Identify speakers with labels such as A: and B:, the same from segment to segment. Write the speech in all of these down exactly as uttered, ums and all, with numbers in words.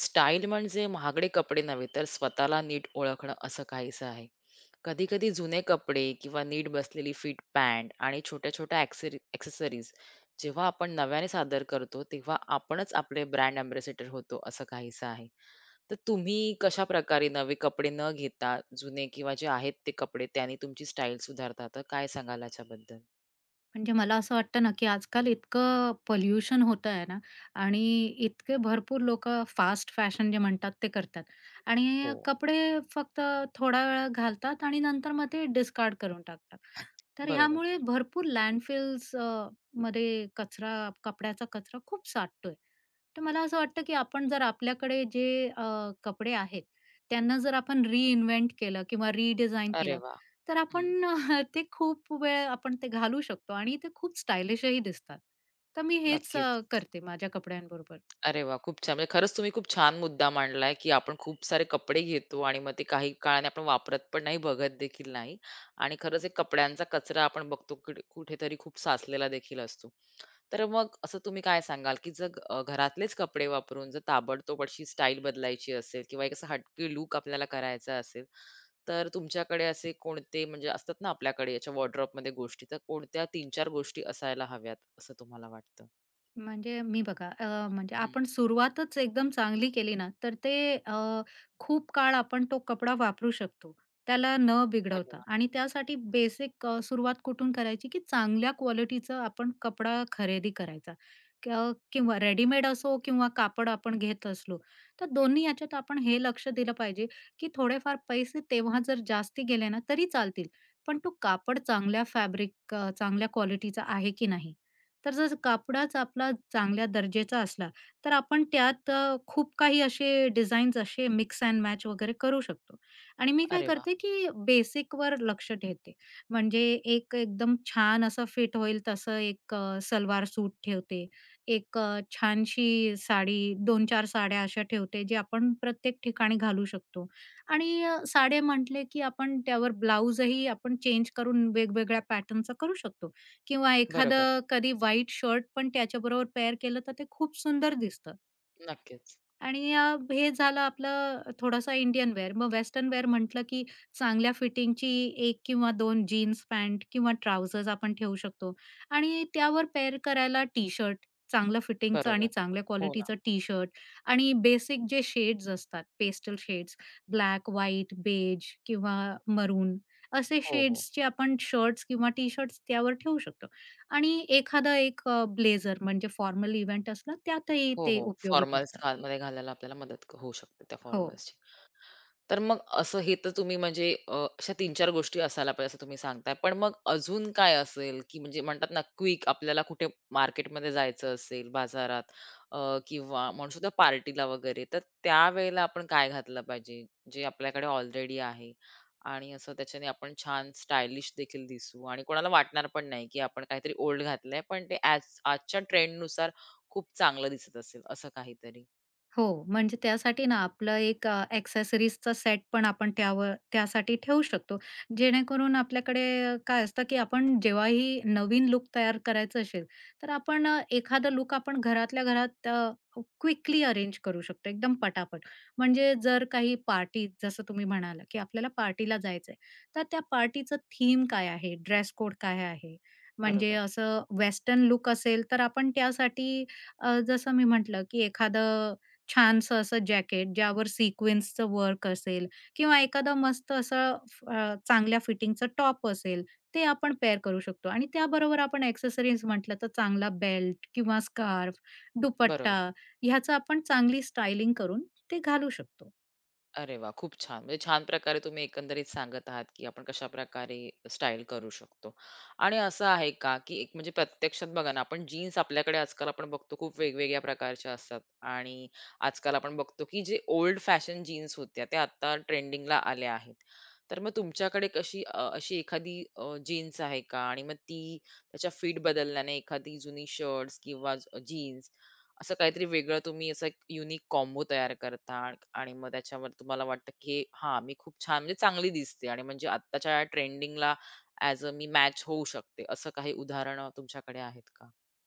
A: Style म्हणजे महागडे कपडे नव्हे, तर स्वतःला नीट ओळखणं असं काहीसं आहे. कधी-कधी जुने कपडे किंवा नीट बसलेली फिट पॅन्ट आणि छोट्या-छोट्या ॲक्सेरी ॲक्सेसरीज जेव्हा आपण नव्याने सादर करतो, तेव्हा आपणच आपले ब्रँड अँबॅसेडर होतो, असं काहीसं आहे. तर तुम्ही कशाप्रकारे नवे कपडे न घेता जुने किंवा जे आहेत ते कपडे, त्याने तुमची स्टाईल सुधारता, तर काय सांगाल याच्याबद्दल?
B: म्हणजे मला असं वाटतं ना, की आजकाल इतकं पोल्युशन होतं आहे ना आणि इतके भरपूर लोकं फास्ट फॅशन जे म्हणतात ते करतात आणि
A: हो,
B: कपडे फक्त थोडा वेळ घालतात आणि नंतर मग ते डिस्कार्ड करून टाकतात. तर
A: बरोबर.
B: ह्यामुळे भरपूर लँडफिल्स अ, मध्ये कचरा, कपड्याचा कचरा खूप साठतोय. तर मला असं वाटतं, की आपण जर आपल्याकडे जे अ, कपडे आहेत, त्यांना जर आपण रिइन्व्हेंट केलं किंवा रिडिझाइन
A: अरे
B: केलं,
A: वाह!
B: तर
A: हं,
B: आपण ते खूप वेळ आपण ते घालू शकतो आणि ते खूप स्टायलिशही दिसतात. तर मी हेच अ,
A: नक्कीच.
B: करते माझ्या कपड्यांबरोबर.
A: अरे वा, खूप छान. म्हणजे खरंच तुम्ही खूप छान मुद्दा मांडलाय, की आपण खूप सारे कपडे घेतो आणि मग ते काही काळाने आपण वापरत पण नाही, बघत देखील नाही. आणि खरंच एक कपड्यांचा कचरा आपण बघतो कुठे कुठेतरी खूप साचलेला देखील असतो. तर मग असं तुम्ही काय सांगाल, की जर अ, घरातलेच कपडे वापरून जर ताबडतोब अशी स्टाईल बदलायची असेल किंवा एक असा हटके लूक आपल्याला करायचा असेल, तर तुमच्याकडे असे कोणते म्हणजे असतात ना आपल्याकडे याच्या वॉर्डरोबमध्ये गोष्टी, तर कोणत्या तीन चार गोष्टी असायला हव्यात असं तुम्हाला वाटतं?
B: म्हणजे मी बघा अ, म्हणजे
A: हं.
B: आपण सुरुवातच एकदम चांगली केली ना, तर ते अ, खूप काळ आपण तो कपडा वापरू शकतो, त्याला न
A: अरे
B: बिघडवता
A: वाह!
B: आणि त्यासाठी बेसिक अ, सुरुवात कुठून करायची, की चांगल्या क्वालिटीचा आपण कपडा खरेदी करायचा. क किंवा रेडीमेड असो किंवा कापड आपण घेत असलो, तर दोन्ही याच्यात आपण हे लक्ष दिलं पाहिजे, की थोडेफार पैसे तेव्हा जर जास्ती गेले ना, तरी चालतील. पण तो कापड चांगल्या फॅब्रिक चांगल्या क्वालिटीचा आहे की नाही? तर जर कापडाच आपला चांगल्या दर्जाचा असला, तर आपण त्यात अ, खूप काही असे डिझाईन्स असे मिक्स अँड मॅच वगैरे करू शकतो. आणि मी काय
A: अरे वाह!
B: करते, की बेसिकवर लक्ष ठेवते. म्हणजे एक एकदम छान असं फिट होईल तसं एक अ, सलवार सूट ठेवते. एक अ, छानशी साडी, दोन ते चार साड्या अशा ठेवते, जे आपण प्रत्येक ठिकाणी घालू शकतो. आणि अ, साड्या म्हटले, की आपण त्यावर ब्लाउजही आपण चेंज करून वेगवेगळ्या पॅटर्नचा करू शकतो. किंवा
A: बरोबर.
B: एखादं कधी व्हाईट शर्ट पण त्याच्याबरोबर पेअर केलं तर ते खूप सुंदर दिसतं.
A: नक्कीच.
B: आणि अ, हे झालं आपलं थोडासा इंडियन वेअर. मग वेस्टर्न वेअर म्हटलं की चांगल्या फिटिंगची एक किंवा दोन जीन्स पॅन्ट किंवा ट्राउझर्स आपण ठेवू शकतो आणि त्यावर पेअर करायला टी-शर्ट, चांगलं फिटिंगचं आणि
A: बरोबर.
B: चांगल्या
A: हो ना.
B: क्वालिटीचं टी-शर्ट आणि बेसिक जे शेड्स असतात, pastel shades, black, white, beige किंवा मरून असे
A: हो, हो.
B: शेड्सचे आपण शर्ट्स किंवा टी-शर्ट्स त्यावर ठेवू शकतो आणि एखादा एक ब्लेझर म्हणजे फॉर्मल इव्हेंट असला त्यातही
A: हो,
B: ते
A: हो.
B: उपयोगी
A: फॉर्मल्स
B: पडतं.
A: घाल मध्ये घालायला आपल्याला मदत क- होऊ शकते त्या
B: हो.
A: फॉर्मल्सची. तर मग असं हे तर तुम्ही म्हणजे अ, अशा तीन चार गोष्टी असायला पाहिजे असं तुम्ही सांगताय. पण मग अजून काय असेल, की म्हणजे म्हणतात ना क्विक आपल्याला कुठे मार्केटमध्ये जायचं असेल, बाजारात, अ, किंवा म्हणू शकतो पार्टीला वगैरे, तर त्यावेळेला आपण काय घातलं पाहिजे, जे आपल्याकडे ऑलरेडी आहे आणि असं त्याच्याने आपण छान स्टायलिश देखील दिसू आणि कोणाला वाटणार पण नाही, की आपण काहीतरी ओल्ड घातलंय, पण ते आज आजच्या ट्रेंडनुसार खूप चांगलं दिसत असेल, असं काहीतरी.
B: हो, म्हणजे त्यासाठी ना आपलं एक अ, एक्सेसरीजचा सेट पण आपण त्यावर त्यासाठी ठेवू शकतो. जेणेकरून आपल्याकडे अ, काय असतं, की आपण जेव्हाही नवीन लुक तयार करायचं असेल, तर आपण अ, एखादा लूक आपण घरातल्या घरात क्विकली अरेंज करू शकतो, एकदम पटापट. म्हणजे जर काही पार्टी जसं तुम्ही म्हणाला, की आपल्याला पार्टीला जायचंय, तर त्या पार्टीचं थीम काय आहे, ड्रेस कोड काय आहे? म्हणजे
A: बरोबर,
B: असं वेस्टर्न लूक असेल, तर आपण त्यासाठी अ, जसं मी म्हटलं, की एखादं छानसं असं जॅकेट ज्यावर सिक्वेन्सचं वर्क असेल किंवा एखादा मस्त असं अ, चांगल्या फिटिंगचं टॉप असेल, ते आपण पेअर करू शकतो आणि त्याबरोबर आपण एक्सेसरीज म्हटलं तर चांगला बेल्ट किंवा स्कार्फ, दुपट्टा
A: बरोबर.
B: ह्याचं आपण चांगली स्टायलिंग करून ते घालू शकतो.
A: अरे वा, खूप छान. म्हणजे छान प्रकारे तुम्ही एकंदरीत सांगत आहात, की आपण कशा प्रकारे स्टाईल करू शकतो. आणि असं आहे का, की एक म्हणजे प्रत्यक्षात बघा ना, आपण जीन्स आपल्याकडे आजकाल आपण बघतो खूप वेगवेगळ्या प्रकारच्या असतात आणि आजकाल आपण बघतो, की जे ओल्ड फॅशन जीन्स होत्या त्या आता ट्रेंडिंगला आल्या आहेत. तर मग तुमच्याकडे कशी अ, अशी एखादी जीन्स आहे का? आणि मग ती त्याच्या फिट बदलल्याने एखादी जुनी शर्ट्स किंवा जीन्स असं काहीतरी वेगळं तुम्ही असं एक युनिक कॉम्बो तयार करता आणि आणि मग त्याच्यावर तुम्हाला वाटतं की हे- हा मी खूप छान म्हणजे चांगली दिसते आणि म्हणजे आत्ताच्या ट्रेंडिंगला ऍज अ मी मॅच होऊ शकते असं काही उदाहरणं तुमच्याकडे आहेत का?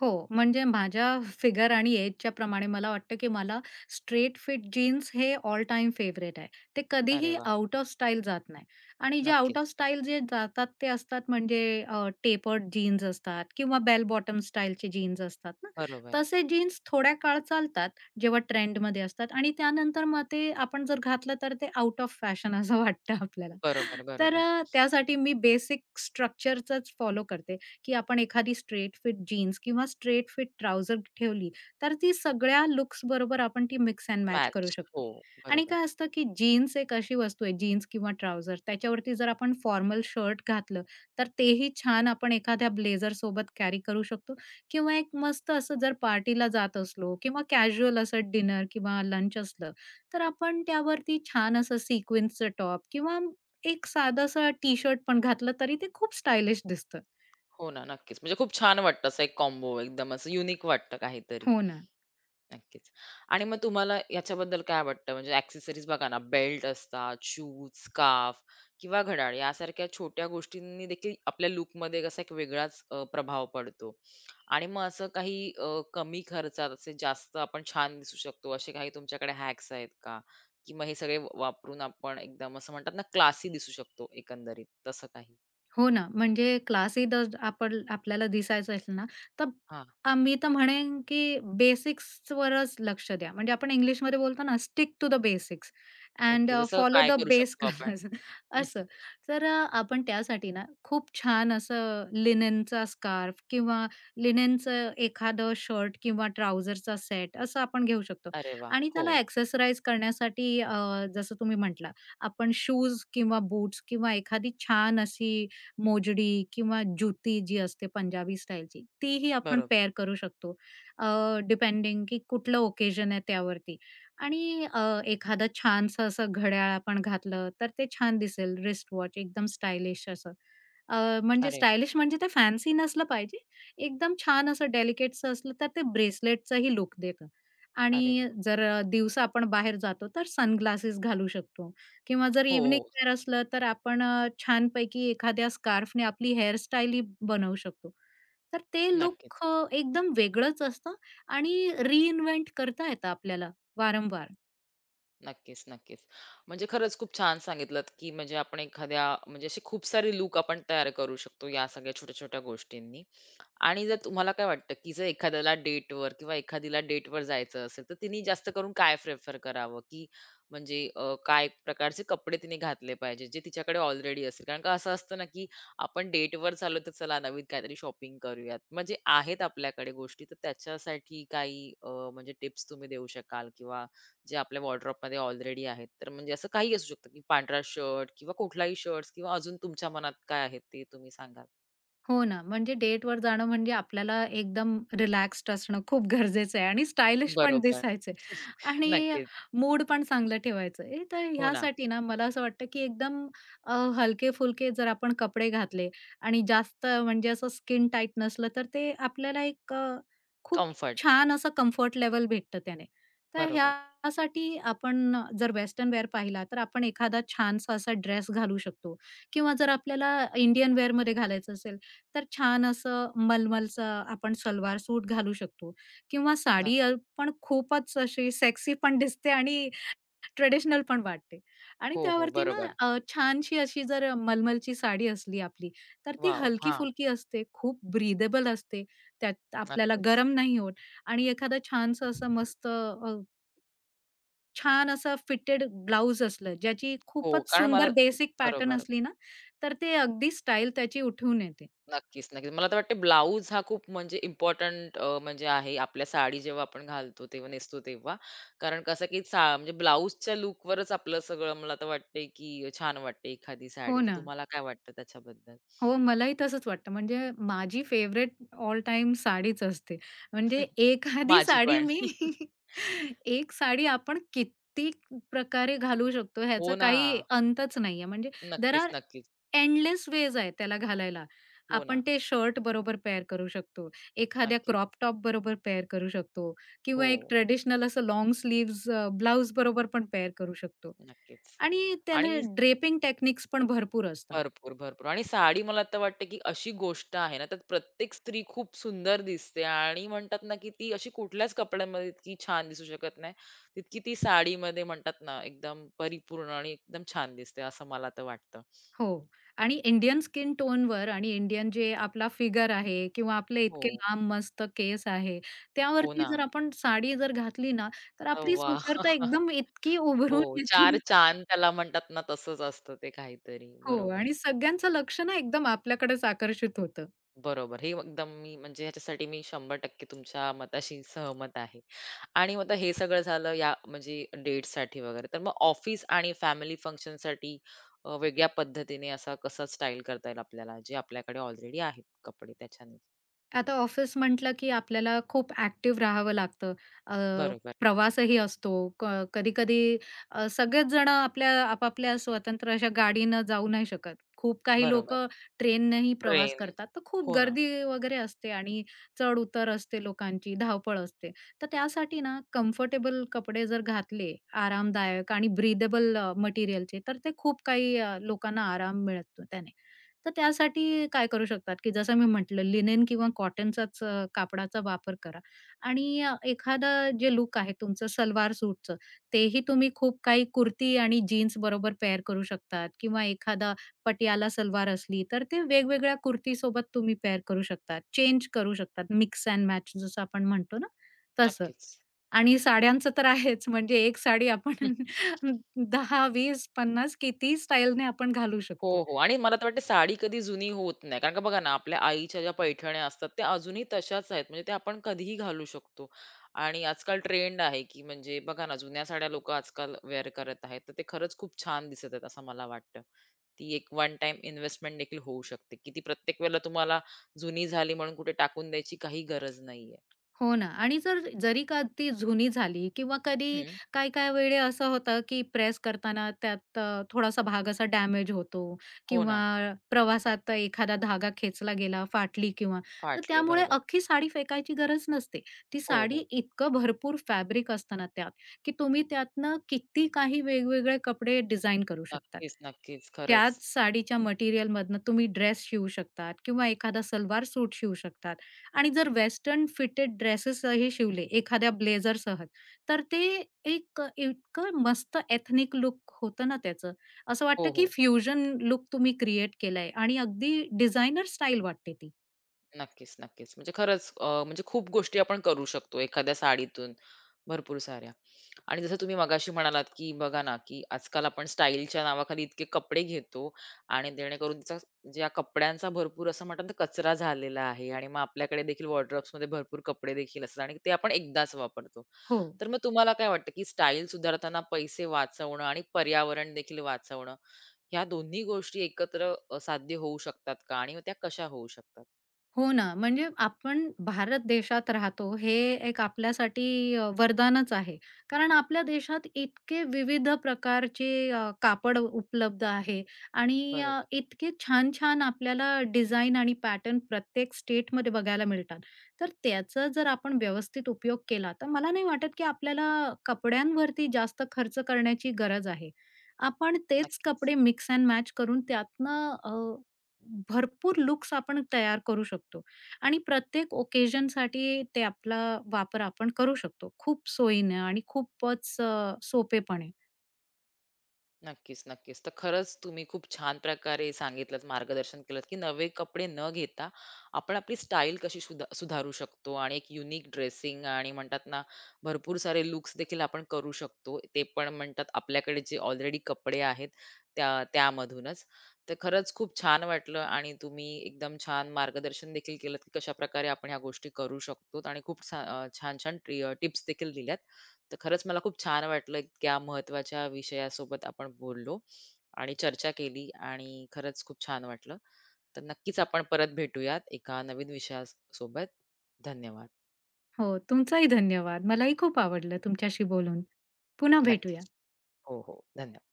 B: हो, म्हणजे माझ्या फिगर आणि एजच्या प्रमाणे मला वाटतं, की मला स्ट्रेट फिट जीन्स हे ऑल टाईम फेव्हरेट आहे. ते
A: अरे
B: कधीही
A: वा.
B: आउट ऑफ स्टाईल जात नाही आणि जे आउट
A: नक्कीच.
B: ऑफ स्टाईल जे जातात ते असतात म्हणजे टेपर्ड जीन्स असतात किंवा बेल बॉटम स्टाईलचे जीन्स असतात ना,
A: बरोबर,
B: तसे जीन्स थोड्या काळ चालतात, जेव्हा ट्रेंडमध्ये असतात आणि त्यानंतर मग ते आपण जर घातलं तर ते आउट ऑफ फॅशन असं वाटतं आपल्याला.
A: बरोबर.
B: तर
A: बरोबर.
B: अ, त्यासाठी मी बेसिक स्ट्रक्चरचंच फॉलो करते, की आपण एखादी स्ट्रेट फिट जीन्स किंवा स्ट्रेट फिट ट्राउझर ठेवली, तर ती सगळ्या लुक्स बरोबर आपण ती मिक्स एंड मॅच करू
A: मॅच.
B: शकतो.
A: हो,
B: आणि
A: बरोबर.
B: काय असतं, की जीन्स एक अशी वस्तू आहे, जीन्स किंवा ट्राउझर त्याच्यावरती जर आपण फॉर्मल शर्ट घातलं, तर तेही छान आपण एखाद्या ब्लेझरसोबत कॅरी करू शकतो किंवा एक मस्त असं जर पार्टीला जात असलो किंवा कॅज्युअल असं डिनर किंवा लंच असलं, तर आपण त्यावरती छान असं सिक्वेन्सचं टॉप किंवा एक साधासा टी-शर्ट पण घातलं तरी ते खूप स्टायलिश दिसतं.
A: हो ना, नक्कीच. म्हणजे खूप छान वाटतं असं एक कॉम्बो एकदम असं युनिक वाटतं काहीतरी.
B: हो ना.
A: नक्कीच. आणि मग तुम्हाला याच्याबद्दल काय वाटतं? म्हणजे एक्सेसरीज बघा ना, बेल्ट असतात, शूज, स्कार्फ किंवा घड्याळ यासारख्या छोट्या गोष्टींनी देखील आपल्या लूकमध्ये कसा एक वेगळाच अ, प्रभाव पडतो. आणि मग असं काही, अ, कमी खर्चात असे जास्त आपण छान दिसू शकतो, असे काही तुमच्याकडे हॅक्स आहेत का? की मग हे सगळे वापरून आपण एकदम असं म्हणतात ना, क्लासी दिसू शकतो एकंदरीत, तसं काही?
B: हो ना, म्हणजे क्लासही जर आपण आपल्याला दिसायचं असेल ना, तर
A: हां,
B: अ, मी तर म्हणेन की बेसिक्सवरच लक्ष द्या. म्हणजे आपण इंग्लिशमध्ये बोलतो ना, stick to the basics and
A: okay.
B: अ,
A: जसं
B: फॉलो
A: काय
B: द
A: करू
B: बेस
A: शकतो आपण?
B: कलर्स असं. तर अ, आपण त्यासाठी ना, खूप छान असं लिनेनचा स्कार्फ किंवा लिनेनचं एखादं शर्ट किंवा ट्राउझरचा सेट असं आपण घेऊ शकतो.
A: अरे वाह!
B: आणि
A: हो,
B: त्याला एक्सेसराइज करण्यासाठी अ, जसं तुम्ही म्हटला, आपण शूज किंवा बूट्स किंवा एखादी छान अशी मोजडी किंवा ज्युती जी असते पंजाबी स्टाईलची, तीही आपण
A: बरोबर.
B: पेअर करू शकतो. डिपेंडिंग की कुठलं ओकेजन आहे त्यावरती. आणि अ, एखादं छानसं असं घड्याळ आपण घातलं, तर ते छान दिसेल रिस्ट वॉच एकदम स्टायलिश असं. अ, म्हणजे
A: अरे,
B: स्टायलिश म्हणजे ते फॅन्सी नसलं पाहिजे. एकदम छान असं डेलिकेटचं असलं, तर ते ब्रेसलेटचंही लूक देतं.
A: अरे
B: आणि
A: वाह!
B: जर दिवसा आपण बाहेर जातो, तर सनग्लासेस घालू शकतो. किंवा जर
A: हो,
B: इव्हनिंग
A: हो.
B: वेअर असलं तर आपण अ, छानपैकी एखाद्या स्कार्फने आपली हेअरस्टाईल ही बनवू शकतो. तर ते लूक
A: नक्कीच,
B: अ, एकदम वेगळंच असतं आणि रिइन्व्हेंट करता येतं आपल्याला वारंवार.
A: नक्कीच, नक्कीच. म्हणजे खरंच खूप छान सांगितलत, की म्हणजे आपण एखाद्या म्हणजे असे खूप सारे लूक आपण तयार करू शकतो या सगळ्या छोट्या-छोट्या गोष्टींनी. आणि जर तुम्हाला काय वाटतं, की जर एखाद्याला डेटवर किंवा एखादीला डेटवर जायचं असेल, तर तिने जास्त करून काय प्रिफर करावं, की म्हणजे, अ, काय प्रकारचे कपडे तिने घातले पाहिजे, जे तिच्याकडे ऑलरेडी असेल? कारण का असं असतं ना, की आपण डेटवर चाललो तर चला नवीन काहीतरी शॉपिंग करूयात. म्हणजे आहेत आपल्याकडे गोष्टी, तर त्याच्यासाठी काही, अ, म्हणजे टिप्स तुम्ही देऊ शकाल किंवा जे आपल्या वॉर्डरोबमध्ये ऑलरेडी आहेत. तर म्हणजे असं काही असू शकतं, की पांढरा शर्ट किंवा कुठलाही शर्ट्स किंवा अजून तुमच्या मनात काय आहेत ते तुम्ही सांगाल?
B: हो ना, म्हणजे डेटवर जाणं म्हणजे आपल्याला एकदम रिलॅक्स्ड असणं खूप गरजेचं आहे आणि स्टायलिश पण
A: बरोबर.
B: दिसायचं आहे आणि
A: नक्कीच.
B: मूड पण चांगलं ठेवायचं आहे. तर
A: हो ना.
B: ह्यासाठी ना मला असं वाटतं, की एकदम हलके-फुलके जर आपण कपडे घातले आणि जास्त म्हणजे असं स्किन टाईट नसलं, तर ते आपल्याला एक अ, खूप
A: कम्फर्ट.
B: छान असं कम्फर्ट लेव्हल भेटतं त्याने. तर
A: बरोबर.
B: ह्यासाठी आपण जर वेस्टर्न वेअर पाहिला, तर आपण एखादा छानसा असा ड्रेस घालू शकतो किंवा जर आपल्याला इंडियन वेअरमध्ये घालायचं असेल, तर छान असं मलमलचं आपण सलवार सूट घालू शकतो किंवा साडी अ,
A: नक्कीच.
B: पण खूपच अशी सेक्सी पण दिसते आणि ट्रेडिशनल पण वाटते आणि
A: हो, हो.
B: त्यावरती ना
A: बरोबर.
B: अ, छानशी अशी जर मलमलची साडी असली आपली, तर ती
A: वॉव! हां.
B: हलकी-फुलकी असते, खूप ब्रीदेबल असते. त्यात आपल्याला
A: नक्कीच.
B: गरम नाही होत आणि एखादं छानसं असं मस्त अ, छान असं फिटेड ब्लाउज असलं, ज्याची
A: हो,
B: खूपच
A: कारण मला
B: सुंदर बेसिक पॅटर्न
A: बरोबर.
B: असली ना, तर ते अगदी स्टाईल त्याची उठून येते.
A: नक्कीच, नक्कीच. मला तर वाटतं ब्लाउज हा खूप म्हणजे इम्पोर्टंट म्हणजे आहे. आपल्या साडी जेव्हा आपण घालतो तेव्हा नेसतो तेव्हा. कारण कसं की सा म्हणजे ब्लाउजच्या लूकवरच आपलं सगळं मला तर वाटतंय की छान वाटते एखादी
B: हो
A: साडी. तर
B: ना.
A: तुम्हाला काय वाटतं त्याच्याबद्दल?
B: हो, मलाही तसंच वाटतं. म्हणजे माझी फेव्हरेट ऑल टाईम साडीच असते. म्हणजे एखादी
A: माझी
B: साडी
A: पण.
B: मी एक साडी आपण किती प्रकारे घालू शकतो
A: हो
B: ह्याचा
A: ना.
B: काही अंतच नाहीये. म्हणजे देअर
A: नक्कीच,
B: आर
A: नक्कीच.
B: एंडलेस वेज आहे त्याला घालायला.
A: हो
B: आपण
A: ना.
B: ते शर्ट बरोबर पेअर करू शकतो. एखाद्या
A: नक्कीच.
B: क्रॉप टॉप बरोबर पेअर करू शकतो किंवा एक
A: हो,
B: ट्रेडिशनल असं लाँग स्लीव्हज ब्लाउज बरोबर पण पेअर करू शकतो.
A: नक्कीच.
B: आणि
A: आणि
B: त्याला ड्रेपिंग टेक्निक्स पण भरपूर असतात.
A: भरपूर, भरपूर. आणि साडी मला आता वाटते, की अशी गोष्ट आहे ना, त्यात प्रत्येक स्त्री खूप सुंदर दिसते आणि म्हणतात ना, की ती अशी कुठल्याच कपड्यांमध्ये इतकी छान दिसू शकत नाही. तितकी ती साडीमध्ये म्हणतात ना, एकदम परिपूर्ण आणि एकदम छान दिसते, असं मला तर वाटतं.
B: हो आणि इंडियन स्किन टोनवर आणि इंडियन जे आपला फिगर आहे किंवा आपले इतके
A: हो,
B: लांब मस्त केस आहे,
A: हो
B: त्यावरती
A: ना.
B: जर आपण साडी जर घातली ना, तर आपली
A: तर
B: सुंदरता एकदम इतकी उभरून
A: हो, चार
B: येते.
A: चांद त्याला म्हणतात ना, तसंच असतं ते काहीतरी.
B: हो
A: बरोबर.
B: आणि सगळ्यांचं लक्ष ना एकदम आपल्याकडेच आकर्षित होतं.
A: बरोबर. हे एकदम मी म्हणजे ह्याच्यासाठी मी शंभर टक्के तुमच्या मताशी सहमत आहे. आणि मग आता हे सगळं झालं या म्हणजे डेटसाठी वगैरे. तर मग ऑफिस आणि फॅमिली फंक्शनसाठी, अ, वेगळ्या पद्धतीने असा कसा स्टाईल करता येईल आपल्याला, जे आपल्याकडे ऑलरेडी आहेत कपडे त्याच्याने?
B: आता ऑफिस म्हटलं की आपल्याला खूप ॲक्टिव्ह राहावं लागतं. अ,
A: बरोबर,
B: प्रवासही असतो. क कधी-कधी अ, सगळेच जण आपल्या आपापल्या स्वतंत्र अशा गाडीनं जाऊ नाही शकत. खूप काही
A: बरोबर.
B: लोकं ट्रेननेही प्रवास
A: ट्रेंड.
B: करतात. तर खूप
A: हो ना.
B: गर्दी वगैरे असते आणि चढ-उतर असते लोकांची, धावपळ असते. तर त्यासाठी ना कम्फर्टेबल कपडे जर घातले, आरामदायक आणि ब्रीदेबल मटेरियलचे, तर ते खूप काही अ, लोकांना आराम मिळतो त्याने. तर त्यासाठी काय करू शकतात, की जसं मी म्हटलं लिनेन किंवा कॉटनचाच अ, कापडाचा वापर करा आणि अ, एखादं जे लूक आहे तुमचं सलवार सूटचं, तेही तुम्ही खूप काही कुर्ती आणि जीन्स बरोबर पेअर करू शकतात किंवा एखादा पटियाला सलवार असली, तर ते वेगवेगळ्या कुर्तीसोबत तुम्ही पेअर करू शकतात, चेंज करू शकतात, मिक्स अँड मॅच जसं आपण म्हणतो ना, तसं.
A: नक्कीच.
B: आणि साड्यांचं तर आहेच म्हणजे एक साडी आपण दहा, वीस, पन्नास कितीही स्टाईलने आपण घालू
A: हो,
B: शकतो.
A: हो. आणि मला तर वाटते साडी कधी जुनी होत नाही. कारण का बघा ना, आपल्या आईच्या ज्या पैठण्या असतात त्या अजूनही तशाच आहेत. म्हणजे त्या आपण कधीही घालू शकतो. आणि आजकाल ट्रेंड आहे, की म्हणजे बघा ना, जुन्या साड्या लोकं आजकाल वेअर करत आहेत. तर ते खरंच खूप छान दिसत आहेत असं मला वाटतं. ती एक वन टाईम इन्व्हेस्टमेंट देखील होऊ शकते, की ती प्रत्येक वेळेला तुम्हाला जुनी झाली म्हणून कुठे टाकून द्यायची काही गरज नाहीये.
B: हो ना आणि जर जरी का ती जुनी झाली किंवा कधी
A: हं.
B: काय-काय वेळे असं होतं, की प्रेस करताना त्यात अ, थोडासा भाग असा डॅमेज होतो
A: हो
B: किंवा
A: ना.
B: प्रवासात एखादा धागा खेचला गेला, फाटली किंवा तर
A: फाटली.
B: त्यामुळे
A: बरोबर.
B: अख्खी साडी फेकायची गरज नसते. ती
A: हो,
B: साडी
A: हो.
B: इतकं भरपूर फॅब्रिक असतं ना त्यात, की तुम्ही त्यातनं किती काही वेगवेगळे कपडे डिझाइन करू शकतात.
A: नक्कीच, नक्कीच.
B: त्याच
A: खरंच.
B: साडीच्या मटेरियलमधनं तुम्ही ड्रेस शिवू शकतात किंवा एखादा सलवार सूट शिवू शकतात. आणि जर वेस्टर्न फिटेड ड्रेसेसही शिवले एखाद्या ब्लेझरसह, तर ते एक इतकं मस्त एथनिक लुक होतं ना त्याचं. असं
A: हो,
B: वाटतं की
A: हो.
B: फ्युजन लुक तुम्ही क्रिएट केलाय आणि अगदी डिझायनर स्टाईल वाटते ती.
A: नक्कीच, नक्कीच. म्हणजे खरंच, अ, म्हणजे खूप गोष्टी आपण करू शकतो एखाद्या साडीतून, भरपूर साऱ्या. आणि जसं तुम्ही मगाशी म्हणालात, की बघा ना, की आजकाल आपण स्टाईलच्या नावाखाली इतके कपडे घेतो आणि जेणेकरून त्याचा म्हणजे या कपड्यांचा भरपूर असं म्हणतात ना, कचरा झालेला आहे आणि मग आपल्याकडे देखील वॉर्डरोब्समध्ये भरपूर कपडे देखील असतात आणि ते आपण एकदाच वापरतो.
B: हो.
A: तर मग तुम्हाला काय वाटतं, की स्टाईल सुधारताना पैसे वाचवणं आणि पर्यावरण देखील वाचवणं, ह्या दोन्ही गोष्टी एकत्र, अ, साध्य होऊ शकतात का? आणि मग त्या कशा होऊ शकतात?
B: हो ना, म्हणजे आपण भारत देशात राहतो हे एक आपल्यासाठी अ, वरदानच आहे. कारण आपल्या देशात इतके विविध प्रकारचे अ, कापड उपलब्ध आहे आणि अ,
A: बरोबर.
B: इतके छान-छान आपल्याला डिझाइन आणि पॅटर्न प्रत्येक स्टेटमध्ये बघायला मिळतात. तर त्याचा जर आपण व्यवस्थित उपयोग केला, तर मला नाही वाटत की आपल्याला कपड्यांवरती जास्त खर्च करण्याची गरज आहे. आपण तेच
A: नक्कीच.
B: कपडे मिक्स एंड मॅच करून त्यातनं भरपूर लुक्स आपण तयार करू शकतो आणि प्रत्येक ओकेजनसाठी ते आपला वापर आपण करू शकतो. खूप सोयीनं आणि खूपच अ, सोपेपणे.
A: नक्कीच, नक्कीच. तर खरंच तुम्ही खूप छान प्रकारे सांगितलत, मार्गदर्शन केलत, की नवे कपडे न घेता आपण आपली स्टाईल कशी सुधा सुधारू शकतो आणि एक युनिक ड्रेसिंग आणि म्हणतात ना, भरपूर सारे लुक्स देखील आपण करू शकतो. ते पण म्हणतात आपल्याकडे जे ऑलरेडी कपडे आहेत त्या त्यामधूनच. तर खरंच खूप छान वाटलं आणि तुम्ही एकदम छान मार्गदर्शन देखील केलत, की कशाप्रकारे आपण ह्या गोष्टी करू शकतो आणि खूप छा अ, छान-छान टिप्स देखील दिल्यात. तर खरंच मला खूप छान वाटलं इतक्या महत्त्वाच्या विषयासोबत आपण बोललो आणि चर्चा केली आणि खरंच खूप छान वाटलं. तर नक्कीच आपण परत भेटूयात एका नवीन विषयासोबत. धन्यवाद.
B: हो, तुमचाही धन्यवाद. मलाही खूप आवडलं तुमच्याशी बोलून. पुन्हा भेटूया.
A: नक्कीच. हो, हो. धन्यवाद.